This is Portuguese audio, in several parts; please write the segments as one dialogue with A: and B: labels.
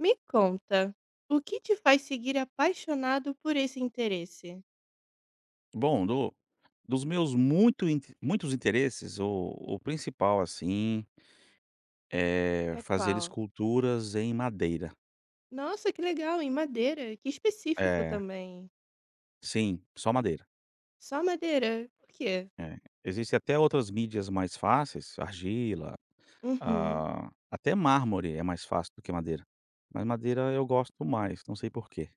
A: Me conta, o que te faz seguir apaixonado por esse interesse?
B: Bom, do dos meus muitos interesses, o principal, assim, é
A: É
B: fazer
A: qual?
B: esculturas em madeira.
A: Nossa, que legal, em madeira, que específico
B: É,
A: também.
B: sim, só madeira.
A: Só madeira? Por quê?
B: É. Existe até outras mídias mais fáceis, argila,
A: Uhum.
B: ah, até mármore é mais fácil do que madeira, mas madeira eu gosto mais, não sei por quê.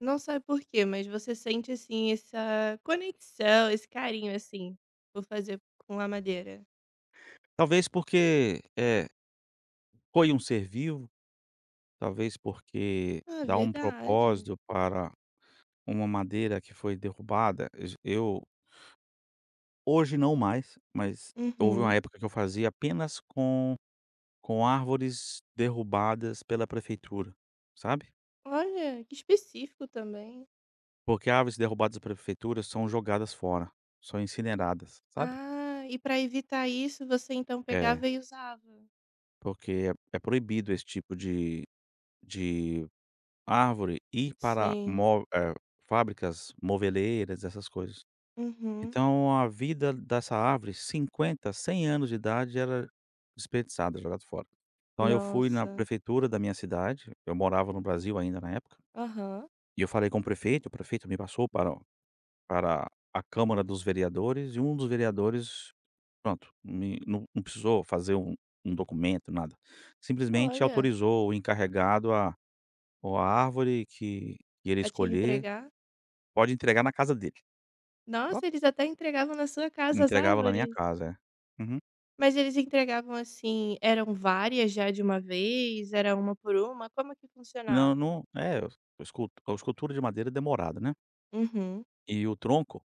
A: Não sabe por quê, mas você sente assim essa conexão, esse carinho assim por fazer com a madeira.
B: Talvez porque, foi um ser vivo, talvez porque
A: Ah,
B: dá um
A: verdade.
B: propósito para uma madeira que foi derrubada. J eu Hoje não mais, mas houve uma
A: Uhum.
B: época que eu fazia apenas com árvores derrubadas pela prefeitura, sabe.
A: Olha, que específico também.
B: Porque árvores derrubadas pela prefeitura são jogadas fora, são incineradas, sabe.
A: Ah, e para evitar isso, você então
B: É,
A: pegava e usava.
B: porque é proibido esse tipo de árvore ir para
A: Sim.
B: fábricas moveleiras, essas coisas.
A: Uhum.
B: Então a vida dessa árvore, 50, 100 anos de idade, era desperdiçada, jogada fora. Então eu fui na
A: Nossa.
B: prefeitura da minha cidade, eu morava no Brasil ainda na época,
A: Aham.
B: e eu falei com o prefeito. O prefeito me passou para a Câmara dos Vereadores, e um dos vereadores, pronto, me não não precisou fazer um documento, nada. Simplesmente
A: Olha,
B: autorizou o encarregado a árvore que ele
A: a te
B: escolher,
A: entregar.
B: pode entregar na casa dele. Ó,
A: Nossa, eles até entregavam na sua casa as
B: entregava na minha
A: árvores.
B: casa, é. Uhum.
A: Mas eles entregavam assim, eram várias já de uma vez? Era uma por uma? Como que
B: Não,
A: funcionava?
B: não é, a escultura de madeira é demorada, né.
A: Uhum.
B: E o tronco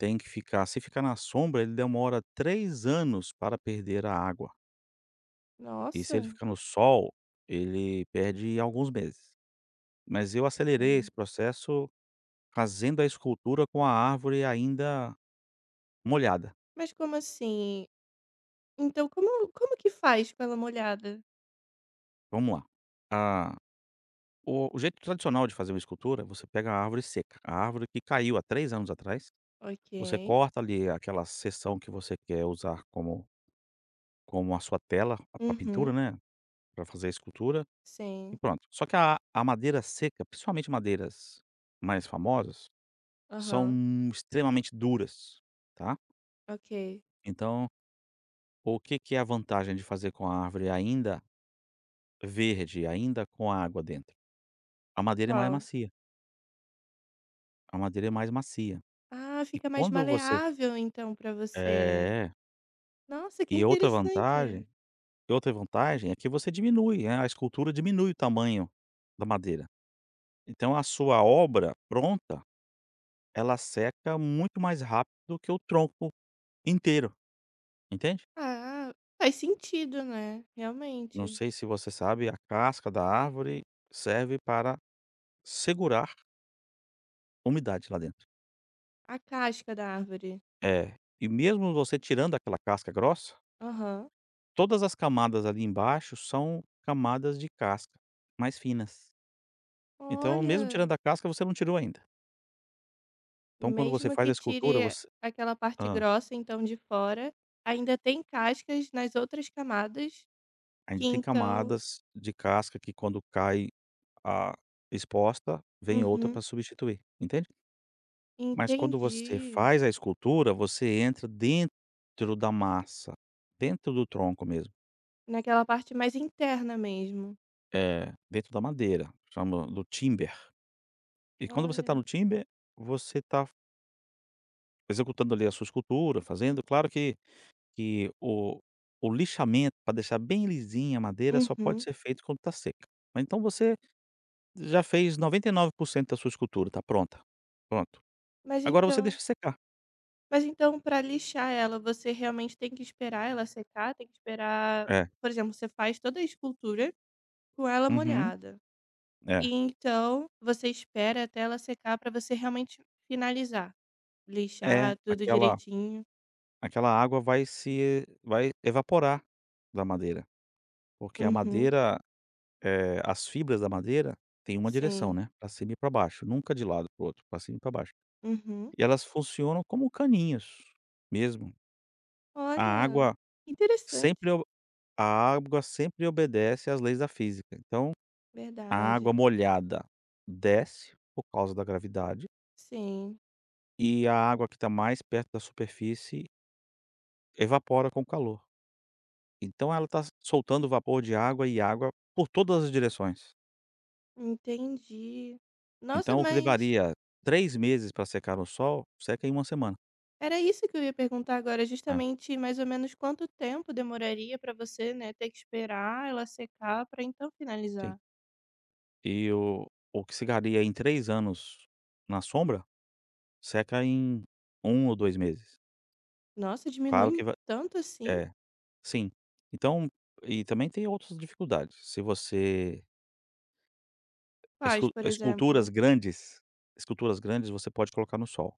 B: tem que ficar. Se ficar na sombra, ele demora 3 anos para perder a água, e se ele
A: Nossa.
B: ficar no sol, ele perde alguns meses. Mas eu
A: É.
B: acelerei esse processo fazendo a escultura com a árvore ainda molhada.
A: Mas como assim? Então como que faz com ela molhada?
B: Vamos lá. Ah, o jeito tradicional de fazer uma escultura: você pega a árvore seca, a árvore que caiu há 3 anos atrás,
A: Ok.
B: você corta ali aquela seção que você quer usar como a sua tela, a
A: Uhum.
B: pintura, né, para fazer a escultura, e
A: Sim.
B: pronto. Só que a madeira seca, principalmente madeiras mais famosas, são
A: Aham.
B: extremamente duras, tá.
A: Ok.
B: Então, o que que é a vantagem de fazer com a árvore ainda verde, ainda com a água dentro? A madeira é mais
A: Qual?
B: macia, a madeira é mais macia.
A: Ah,
B: E
A: fica mais
B: quando você f
A: maleável então pra você.
B: é.
A: Nossa, que
B: E outra
A: interessante.
B: vantagem, é que você diminui, né, a escultura diminui o tamanho da madeira. Então a sua obra pronta, ela seca muito mais rápido do que o tronco inteiro, entende?
A: Ah, faz sentido, né,
B: Não
A: realmente.
B: sei se você sabe, a casca da árvore serve para segurar umidade lá dentro.
A: A casca da árvore.
B: É, e mesmo você tirando aquela casca grossa,
A: Aham.
B: todas as camadas ali embaixo são camadas de casca mais finas. Então, mesmo
A: Olha,
B: tirando a casca, você não tirou ainda. Então, quando você
A: mesmo
B: faz
A: que
B: a escultura,
A: tire
B: você
A: aquela parte
B: hã,
A: grossa, então, de fora, ainda tem cascas nas outras camadas que
B: ainda tem
A: então
B: camadas de casca que, quando cai a exposta, vem outra
A: uhum,
B: para substituir, entende? Mas quando você
A: entendi.
B: faz a escultura, você entra dentro da massa, dentro do tronco mesmo,
A: Naquela parte mais interna mesmo.
B: dentro da madeira, chama do timber. E quando você está
A: Olha.
B: no timber, você está executando ali a sua escultura, fazendo, claro, que o lixamento para deixar bem lisinha a madeira só pode
A: Uhum.
B: ser feito quando está seca. Mas então você já fez 99% da sua escultura, está pronta. Pronto.
A: Mas
B: Agora você
A: então
B: deixa secar.
A: mas então para lixar ela, você realmente tem que esperar ela secar? Tem que esperar,
B: É.
A: por exemplo, você faz toda a escultura com ela
B: Uhum.
A: molhada.
B: É.
A: E então você espera até ela secar para você realmente finalizar,
B: É,
A: lixar tudo
B: aquela
A: direitinho.
B: aquela água vai se vai evaporar da madeira, porque a
A: Uhum,
B: madeira, as fibras da madeira têm uma direção,
A: sim.
B: né, para cima e para baixo, nunca de lado para o outro, para cima e para baixo.
A: Uhum.
B: E elas funcionam como caninhos mesmo. A
A: Olha,
B: água
A: interessante.
B: sempre o a água sempre obedece às leis da física. Então, a água
A: Verdade.
B: molhada desce por causa da gravidade,
A: Sim,
B: e a água que está mais perto da superfície evapora com o calor. Então ela está soltando vapor de água e água por todas as direções.
A: entendi. Nossa,
B: Então o que
A: mas
B: levaria 3 meses para secar no sol, seca em uma semana,
A: era isso que eu ia perguntar agora,
B: né,
A: justamente mais ou menos quanto tempo demoraria para você, né, ter que esperar ela secar para então
B: enfim.
A: finalizar.
B: E o que secaria em 3 anos na sombra, seca em 1 ou 2 meses.
A: Nossa,
B: Claro que
A: diminui
B: vai,
A: tanto assim?
B: é, sim. Então, e também tem outras dificuldades. Se você
A: Quais,
B: escu
A: por
B: esculturas
A: exemplo,
B: grandes esculturas grandes, você pode colocar no sol,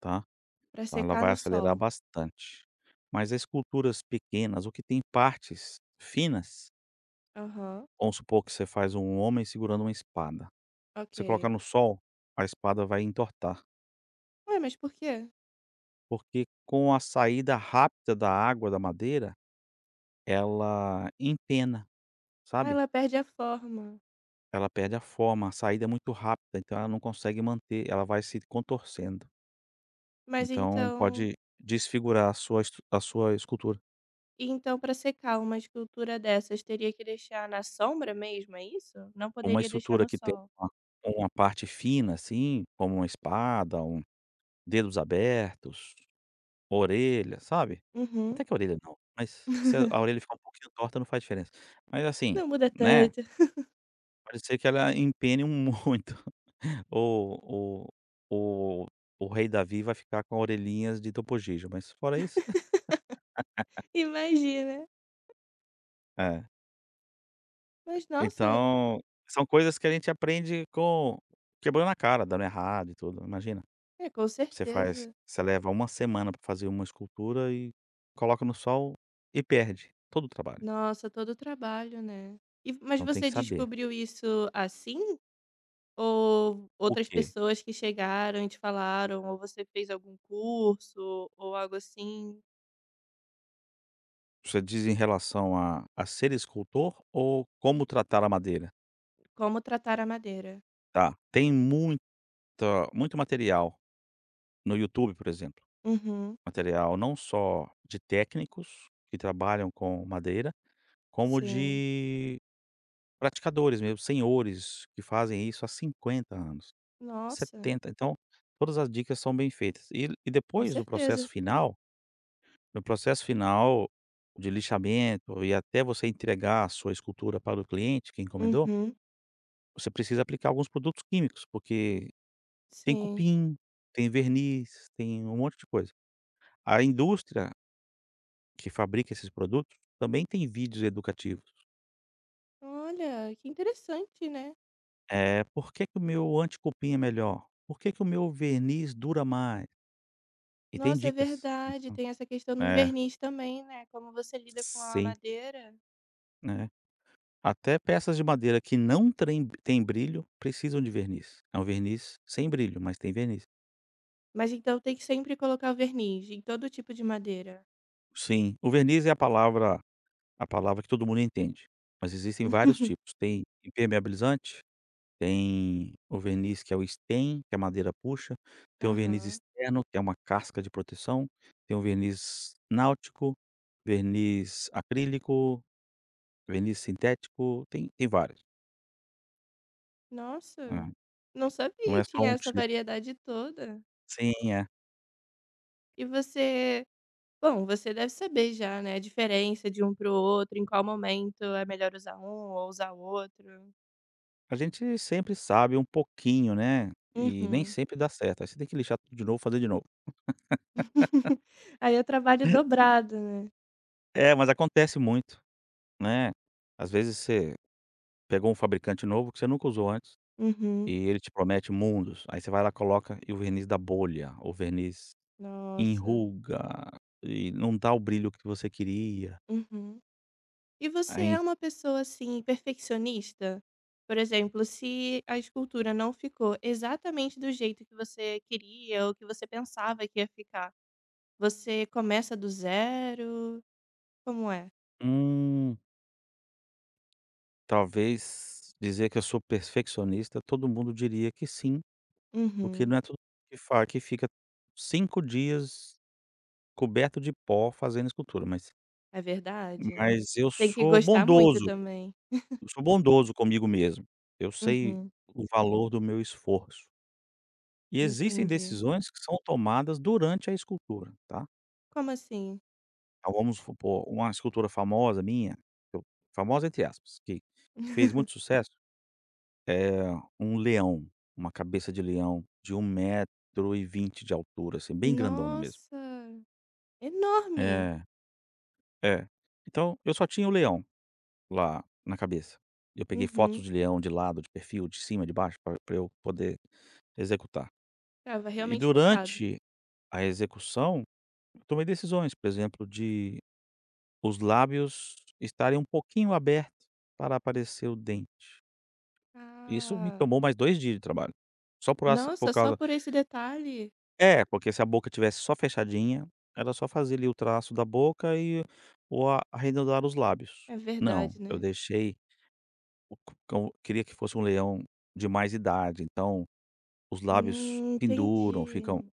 B: tá.
A: para
B: Então ela
A: secar
B: vai
A: no
B: acelerar
A: sol?
B: bastante. Mas as culturas pequenas, o que tem partes finas,
A: Aham.
B: vamos supor que você faz um homem segurando uma espada. Você colocar
A: Ok.
B: no sol, a espada vai entortar,
A: Ué, mas por quê?
B: porque com a saída rápida da água da madeira, ela empena,
A: Ah,
B: sabe?
A: ela perde a forma.
B: Ela perde a forma, a saída é muito rápida, então ela não consegue manter, ela vai se contorcendo.
A: Mas
B: Então
A: então,
B: pode desfigurar a sua estru a sua escultura.
A: e então para secar uma escultura dessas teria que deixar na sombra mesmo, é isso? Não
B: Uma
A: poderia deixar
B: estrutura
A: no
B: que tem
A: sol.
B: uma parte fina, assim, como uma espada, dedos abertos, orelha, sabe.
A: Uhum.
B: Até que a orelha não, mas se a orelha ficar um pouquinho torta, não faz diferença. Mas assim,
A: Não muda
B: né,
A: tanto.
B: pode ser que ela empene um muito. O o o o rei Davi vai ficar com orelhinhas de Topojijo, mas fora isso
A: Imagina.
B: é.
A: Mas nossa,
B: Então, são coisas que a gente aprende com quebrando a cara, dando errado e tudo, imagina.
A: é com certeza.
B: Você leva uma semana para fazer uma escultura e coloca no sol e perde todo o trabalho.
A: Nossa, todo o trabalho, né? E, mas
B: Então tem
A: você
B: que saber.
A: descobriu isso assim? Ou
B: O
A: outras
B: quê?
A: pessoas que chegaram e te falaram? Ou você fez algum curso ou algo assim?
B: Você diz em relação a ser escultor ou como tratar a madeira?
A: Como tratar a madeira.
B: Tá, tem muita muito material no YouTube, por exemplo,
A: Uhum,
B: material não só de técnicos que trabalham com madeira, como
A: sim.
B: de praticadores mesmo, senhores que fazem isso há 50 anos.
A: Nossa,
B: 70. Então, todas as dicas são bem feitas. E
A: com
B: depois do processo
A: certeza.
B: final, no processo final de lixamento, e até você entregar a sua escultura para o cliente que encomendou,
A: Uhum,
B: você precisa aplicar alguns produtos químicos, porque tem
A: sim.
B: cupim, tem verniz, tem um monte de coisa. A indústria que fabrica esses produtos também tem vídeos educativos.
A: Olha, que interessante, né?
B: É, "Por que que o meu anticupim é melhor? Por que que o meu verniz dura mais?" E tem
A: Nossa, é
B: dicas.
A: verdade,
B: Então
A: tem essa questão do
B: é,
A: verniz também, né, como você lida com a
B: sim,
A: madeira.
B: né. Até peças de madeira que não trem têm brilho precisam de verniz. É um verniz sem brilho, mas tem verniz.
A: Mas então tem que sempre colocar o verniz em todo tipo de madeira.
B: Sim, o verniz é a palavra que todo mundo entende, mas existem vários tipos. Tem impermeabilizante, tem o verniz que é o stain, que a madeira puxa, tem o verniz
A: Aham.
B: externo, que é uma casca de proteção, tem o verniz náutico, verniz acrílico, verniz sintético, tem vários.
A: Nossa,
B: É,
A: não sabia
B: não
A: que
B: é só
A: tinha
B: um
A: essa
B: tipo.
A: variedade toda.
B: Sim, é.
A: E você, bom, você deve saber já, né, a diferença de um para o outro, em qual momento é melhor usar um ou usar o outro.
B: A gente sempre sabe um pouquinho, né, e nem
A: Uhum.
B: sempre dá certo, aí você tem que lixar tudo de novo, fazer de novo.
A: Aí é trabalho dobrado, né.
B: É, mas acontece muito, né. Às vezes você pegou um fabricante novo que você nunca usou antes, e
A: Uhum.
B: ele te promete mundos, aí você vai lá, coloca e o verniz dá bolha, o verniz
A: Nossa.
B: enruga, e não dá o brilho que você queria.
A: Uhum. E você
B: Aí,
A: é uma pessoa, assim, perfeccionista? Por exemplo, se a escultura não ficou exatamente do jeito que você queria ou que você pensava que ia ficar, você começa do zero? Como é?
B: hum, talvez, dizer que eu sou perfeccionista, todo mundo diria que sim, porque
A: Uhum.
B: não é todo mundo que fica 5 dias coberto de pó fazendo escultura, mas
A: É verdade?
B: mas eu
A: Tem que
B: sou
A: gostar muito
B: bondoso,
A: também.
B: eu sou bondoso comigo mesmo. Eu sei
A: Uhum,
B: o valor do meu esforço. E existem
A: entendi.
B: decisões que são tomadas durante a escultura, tá.
A: Como assim?
B: Então vamos supor, uma escultura famosa minha, eu famosa entre aspas, que fez muito sucesso, é um leão, uma cabeça de leão de 1,20 m de altura, assim, bem grandona mesmo.
A: Nossa, enorme!
B: É, é. Então eu só tinha o leão. Lá na cabeça. Eu peguei fotos
A: Uhum,
B: de leão de lado, de perfil, de cima, de baixo, para eu poder executar.
A: estava
B: E
A: realmente focado.
B: durante a execução, eu tomei decisões, por exemplo, de os lábios estarem um pouquinho abertos para aparecer o dente. Isso me
A: Ah.
B: tomou mais 2 dias de trabalho, só por essa por
A: Nossa, só
B: causa
A: por esse detalhe?
B: é, porque se a boca tivesse só fechadinha, era só fazer ali o traço da boca ou arredondar os lábios.
A: É
B: Não,
A: verdade,
B: eu
A: né.
B: deixei. O c cão queria que fosse um leão de mais idade, então os lábios penduram, ficam,
A: Entendi.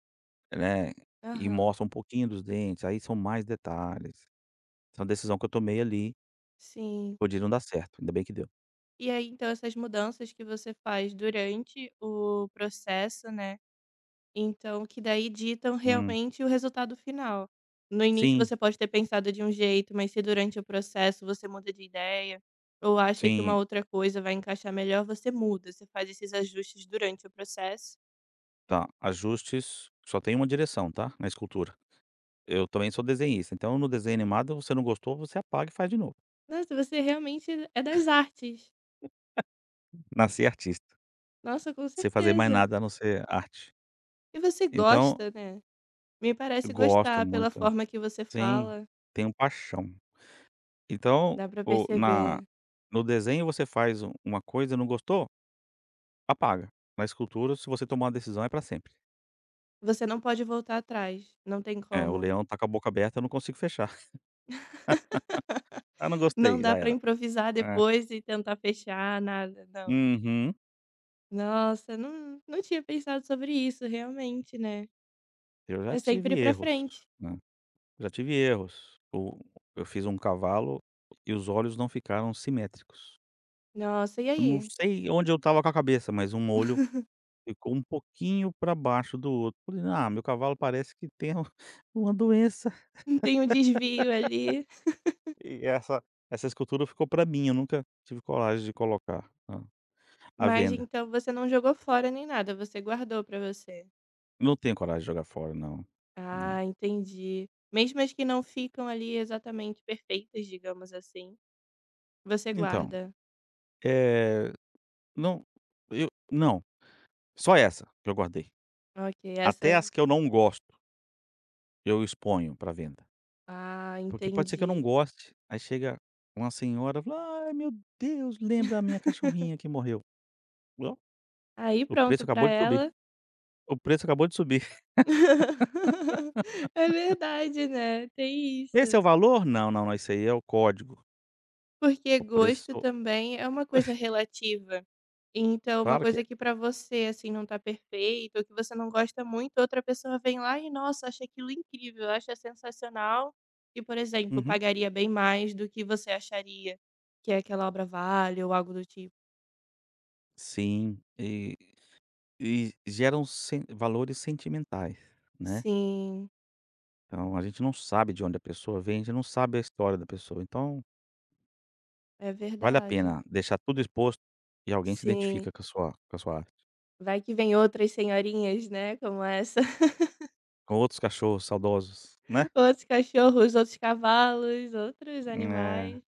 B: né, e
A: Aham,
B: mostram um pouquinho dos dentes, aí são mais detalhes. Essa é uma decisão que eu tomei ali,
A: sim.
B: podia não dar certo, ainda bem que deu.
A: E aí, então, essas mudanças que você faz durante o processo, né, então, que daí ditam
B: Hum.
A: realmente o resultado final. No início
B: Sim,
A: você pode ter pensado de um jeito, mas se durante o processo você muda de ideia ou acha que uma
B: sim,
A: outra coisa vai encaixar melhor, você muda, você faz esses ajustes durante o processo.
B: tá, ajustes só tem uma direção, tá, na escultura. Eu também sou desenhista, então no desenho animado você não gostou, você apaga e faz de novo.
A: Nossa, você realmente é das artes.
B: Nasci artista,
A: Nossa, com
B: sem fazer mais
A: certeza.
B: nada a não ser arte.
A: E você
B: Então,
A: gosta, né? Me
B: eu
A: parece
B: gosto
A: gostar pela
B: muito, né.
A: forma que você
B: Sim,
A: fala,
B: tenho paixão. Então,
A: dá pra
B: o na
A: perceber.
B: no desenho você faz uma coisa, não gostou? Apaga. Na escultura, se você tomar uma decisão, é pra sempre.
A: Você não pode voltar atrás, não tem
B: É, o
A: como.
B: leão tá com a boca aberta, eu não consigo fechar. "Ah, não
A: Não
B: gostei",
A: dá
B: já
A: para
B: era.
A: improvisar
B: É.
A: depois e tentar fechar nada, não.
B: Uhum.
A: Nossa, não tinha pensado sobre isso, realmente, né.
B: Eu
A: É
B: já
A: sempre
B: tive
A: pra
B: erros,
A: frente.
B: né, já tive erros. O Eu fiz um cavalo e os olhos não ficaram simétricos.
A: Nossa, e
B: Eu não
A: aí?
B: sei onde eu estava com a cabeça, mas um olho ficou um pouquinho pra baixo do outro. Falei: "Ah, meu cavalo parece que tem uma doença".
A: Tem um desvio ali,
B: E essa escultura ficou pra mim, eu nunca tive coragem de colocar a à
A: mas
B: venda.
A: então você não jogou fora nem nada, você guardou pra você.
B: Não tenho coragem de jogar fora, não, não.
A: Ah, entendi. Mesmo as que não ficam ali exatamente perfeitas, digamos assim, você
B: Então,
A: guarda.
B: é não, eu não, só essa que eu guardei.
A: Ok,
B: Até
A: essa
B: as que eu não gosto, eu exponho pra venda,
A: ah,
B: porque pode ser que eu não
A: entendi.
B: goste, aí chega uma senhora e fala: "Ai, meu Deus, lembra a minha cachorrinha que morreu". Ó,
A: Aí
B: o preço
A: pronto, pra
B: acabou de subir,
A: ela
B: o preço acabou de subir.
A: é verdade, né, tem
B: "Esse é o
A: isso.
B: valor?" "Não, não, não, isso aí é o código,
A: Porque
B: o
A: gosto
B: preço."
A: também é uma coisa relativa. Então uma
B: Claro que
A: coisa
B: é.
A: que pra você, assim, não tá perfeito ou que você não gosta muito, outra pessoa vem lá e, nossa, acha aquilo incrível, acha sensacional e, por exemplo,
B: Uhum.
A: pagaria bem mais do que você acharia que aquela obra vale ou algo do tipo.
B: Sim, e geram sen valores sentimentais, né.
A: Sim,
B: Então a gente não sabe de onde a pessoa vem, a gente não sabe a história da pessoa, então
A: é
B: vale a
A: verdade.
B: pena deixar tudo exposto e alguém se
A: Sim,
B: identifica com a sua arte,
A: vai que vem outras senhorinhas, né, como essa.
B: com outros cachorros saudosos, né.
A: Outros cachorros, outros cavalos, outros
B: Eh,
A: animais.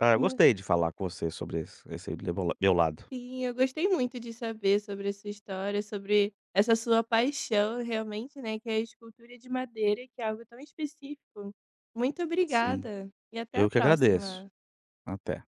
B: ah, eu
A: Ma
B: gostei de falar com você sobre esse meu lado.
A: sim, eu gostei muito de saber sobre a sua história, sobre essa sua paixão realmente, né, que é a escultura de madeira, que é algo tão específico. Muito
B: Sim,
A: obrigada e até a
B: eu que agradeço.
A: próxima.
B: Até.